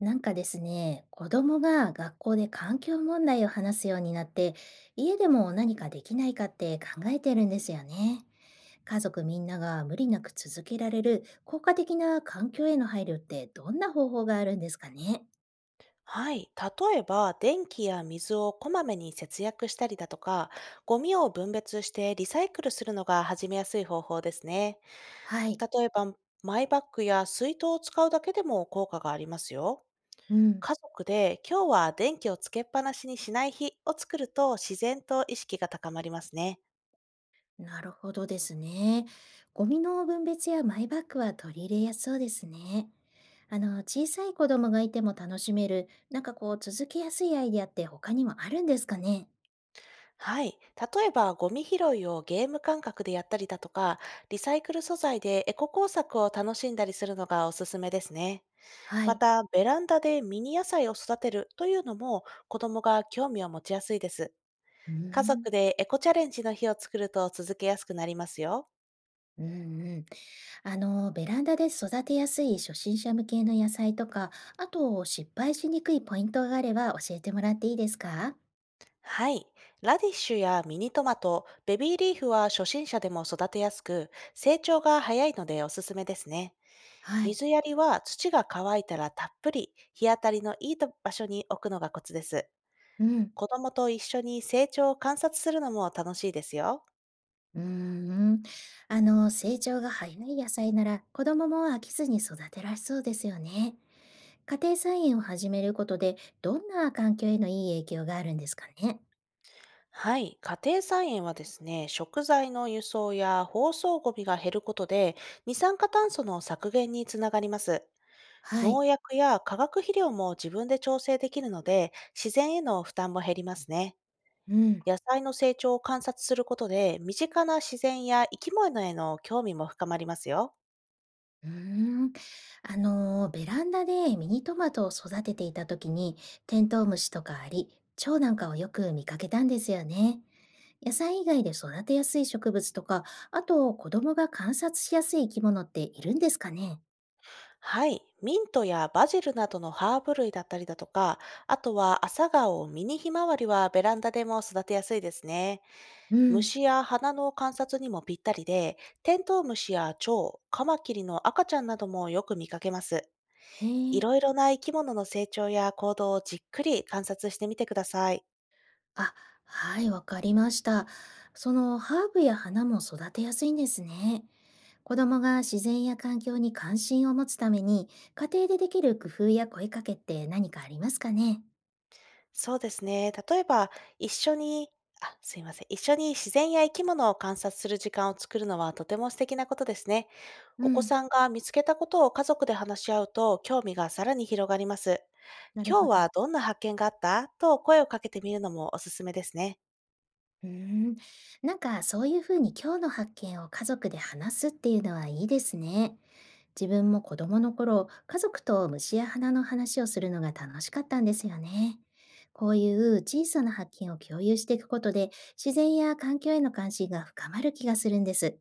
なんかですね、子供が学校で環境問題を話すようになって、家でも何かできないかって考えてるんですよね。家族みんなが無理なく続けられる効果的な環境への配慮ってどんな方法があるんですかね？はい。例えば、電気や水をこまめに節約したりだとか、ゴミを分別してリサイクルするのが始めやすい方法ですね。はい。例えば、マイバッグや水筒を使うだけでも効果がありますよ。うん。家族で今日は電気をつけっぱなしにしない日を作ると、自然と意識が高まりますね。なるほどですね。ゴミの分別やマイバッグは取り入れやすそうですね。小さい子供がいても楽しめる、続けやすいアイディアって他にもあるんですかね？はい。例えば、ゴミ拾いをゲーム感覚でやったりだとか、リサイクル素材でエコ工作を楽しんだりするのがおすすめですね。はまい。た、ベランダでミニ野菜を育てるというのも、子供が興味を持ちやすいです。うー家ん。族でエコチャレンジの日を作ると続けやすくなりますよ。うん。うん。ベランダで育てやすい初心者向けの野菜とか、あと失敗しにくいポイントがあれば教えてもらっていいですか？はい。ラディッシュやミニトマト、ベビーリーフは初心者でも育てやすく、成長が早いのでおすすめですね。はい。水やりは土が乾いたらたっぷり、日当たりのいいと場所に置くのがコツです。うん。子供と一緒に成長を観察するのも楽しいですよ。うーん。成長が早い野菜なら子供も飽きずに育てられそうですよね。家庭菜園を始めることで、どんな環境へのいい影響があるんですかね？はい。家庭菜園はですね、食材の輸送や包装ゴミが減ることで、二酸化炭素の削減につながります。はい。農薬や化学肥料も自分で調整できるので、自然への負担も減りますね。うん。野菜の成長を観察することで、身近な自然や生き物への興味も深まりますよ。うーん。ベランダでミニトマトを育てていた時に、テントウムシとかアリ、蝶なんかをよく見かけたんですよね。野菜以外で育てやすい植物とか、あと子供が観察しやすい生き物っているんですかね？はい。ミントやバジルなどのハーブ類だったりだとか、あとは朝顔、ミニヒマワリはベランダでも育てやすいですね。うん。虫や花の観察にもぴったりで、テントウムシや蝶、カマキリの赤ちゃんなどもよく見かけます。へいえ。ろいろな生き物の成長や行動をじっくり観察してみてください。あ、はい、わかりました。そのハーブや花も育てやすいんですね。子供が自然や環境に関心を持つために、家庭でできる工夫や声かけって何かありますかね？そうですね。例えば、一緒に、あ、すいません。一緒に自然や生き物を観察する時間を作るのは、とても素敵なことですね。うお子ん。さんが見つけたことを家族で話し合うと、興味がさらに広がります。なる今ほ日ど。はどんな発見があったと声をかけてみるのもおすすめですね。うーん。そういうふうに今日の発見を家族で話すっていうのはいいですね。自分も子供の頃、家族と虫や花の話をするのが楽しかったんですよね。こういう小さな発見を共有していくことで、自然や環境への関心が深まる気がするんです。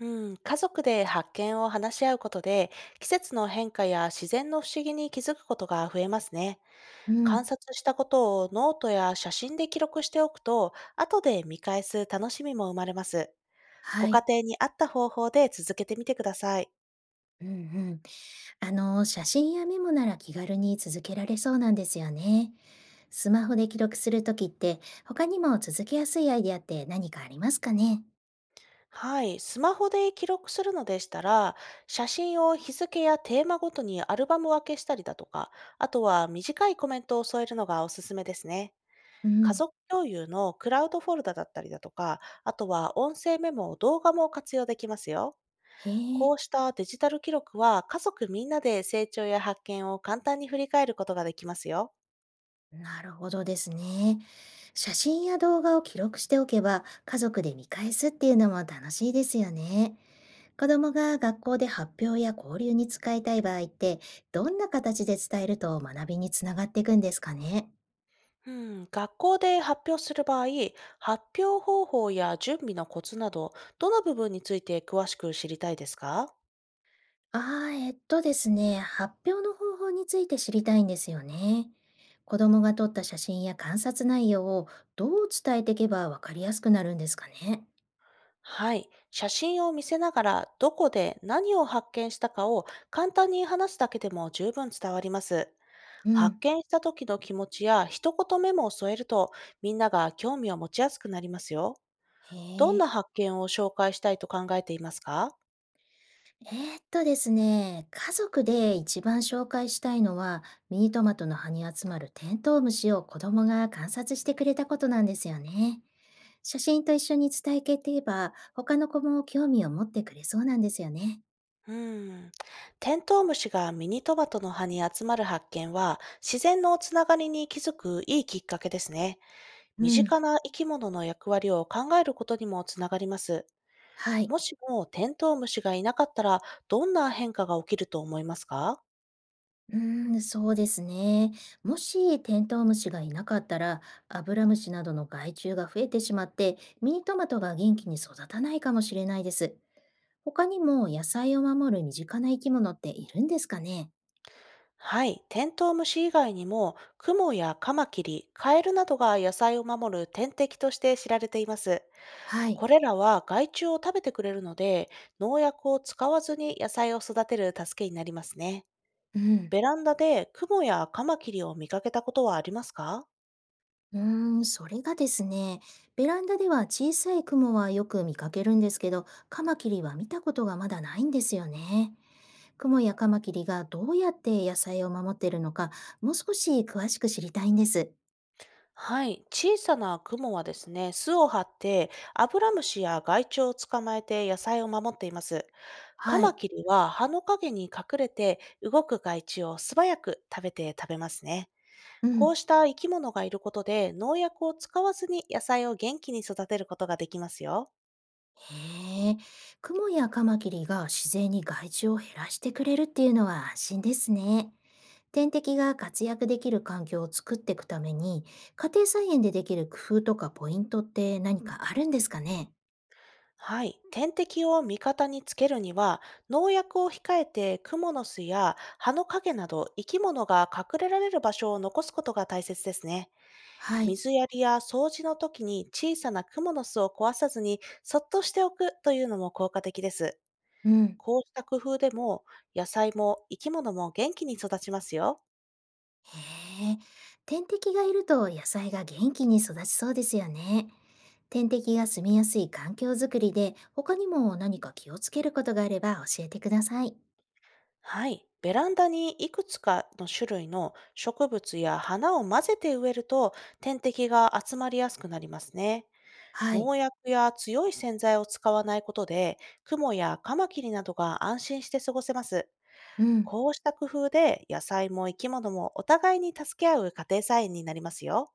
うん、家族で発見を話し合うことで、季節の変化や自然の不思議に気づくことが増えますね。う観ん。察したことをノートや写真で記録しておくと、後で見返す楽しみも生まれます。ごは家い。庭に合った方法で続けてみてください。うん。うん。写真やメモなら気軽に続けられそうなんですよね。スマホで記録するときって、他にも続けやすいアイデアって何かありますかね？はい、スマホで記録するのでしたら、写真を日付やテーマごとにアルバム分けしたりだとか、あとは短いコメントを添えるのがおすすめですね。う家ん。族共有のクラウドフォルダだったりだとか、あとは音声メモ、動画も活用できますよ。へえ。こうしたデジタル記録は、家族みんなで成長や発見を簡単に振り返ることができますよ。なるほどですね。写真や動画を記録しておけば、家族で見返すっていうのも楽しいですよね。子供が学校で発表や交流に使いたい場合って、どんな形で伝えると学びにつながっていくんですかね？うん、学校で発表する場合、発表方法や準備のコツなど、どの部分について詳しく知りたいですか？ああ、えっとですね、発表の方法について知りたいんですよね。子供が撮った写真や観察内容をどう伝えていけばわかりやすくなるんですかね。はい。写真を見せながら、どこで何を発見したかを簡単に話すだけでも十分伝わります。う発ん。見した時の気持ちや一言メモを添えると、みんなが興味を持ちやすくなりますよ。どへんえ。な発見を紹介したいと考えていますか？ですね、家族で一番紹介したいのは、ミニトマトの葉に集まるテントウムシを子供が観察してくれたことなんですよね。写真と一緒に伝えていけば、他の子も興味を持ってくれそうなんですよね。うーん。テントウムシがミニトマトの葉に集まる発見は、自然のつながりに気づくいいきっかけですね。う身ん。近な生き物の役割を考えることにもつながります。はい。もしもテントウムシがいなかったら、どんな変化が起きると思いますか？うーん、そうですね。もしテントウムシがいなかったら、アブラムシなどの害虫が増えてしまって、ミニトマトが元気に育たないかもしれないです。他にも野菜を守る身近な生き物っているんですかね？はい。テントウムシ以外にも、クモやカマキリ、カエルなどが野菜を守る天敵として知られています。はい。これらは害虫を食べてくれるので、農薬を使わずに野菜を育てる助けになりますね。うん。ベランダでクモやカマキリを見かけたことはありますか？うーん、それがですね、ベランダでは小さいクモはよく見かけるんですけど、カマキリは見たことがまだないんですよね。クモやカマキリがどうやって野菜を守っているのか、もう少し詳しく知りたいんです。はい。小さなクモはですね、巣を張って、アブラムシや害虫を捕まえて野菜を守っています。カはマい。キリは葉の陰に隠れて動く害虫を素早く食べますね。うこん。うした生き物がいることで、農薬を使わずに野菜を元気に育てることができますよ。へえ、クモやカマキリが自然に害虫を減らしてくれるっていうのは安心ですね。天敵が活躍できる環境を作っていくために、家庭菜園でできる工夫とかポイントって何かあるんですかね？はい。天敵を味方につけるには、農薬を控えて、クモの巣や葉の陰など生き物が隠れられる場所を残すことが大切ですね。はい。水やりや掃除の時に小さなクモの巣を壊さずにそっとしておくというのも効果的です。うん。こうした工夫でも、野菜も生き物も元気に育ちますよ。へえ、天敵がいると野菜が元気に育ちそうですよね。天敵が住みやすい環境づくりで、他にも何か気をつけることがあれば教えてください。はい。ベランダにいくつかの種類の植物や花を混ぜて植えると、天敵が集まりやすくなりますね。はい。農薬や強い洗剤を使わないことで、クモやカマキリなどが安心して過ごせます。うん。こうした工夫で、野菜も生き物もお互いに助け合う家庭菜園になりますよ。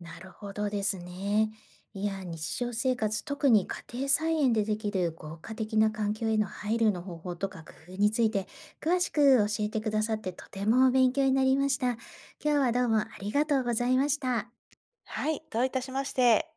なるほどですね。いや、日常生活、特に家庭菜園でできる効果的な環境への配慮の方法とか工夫について、詳しく教えてくださってとても勉強になりました。今日はどうもありがとうございました。はい、どういたしまして。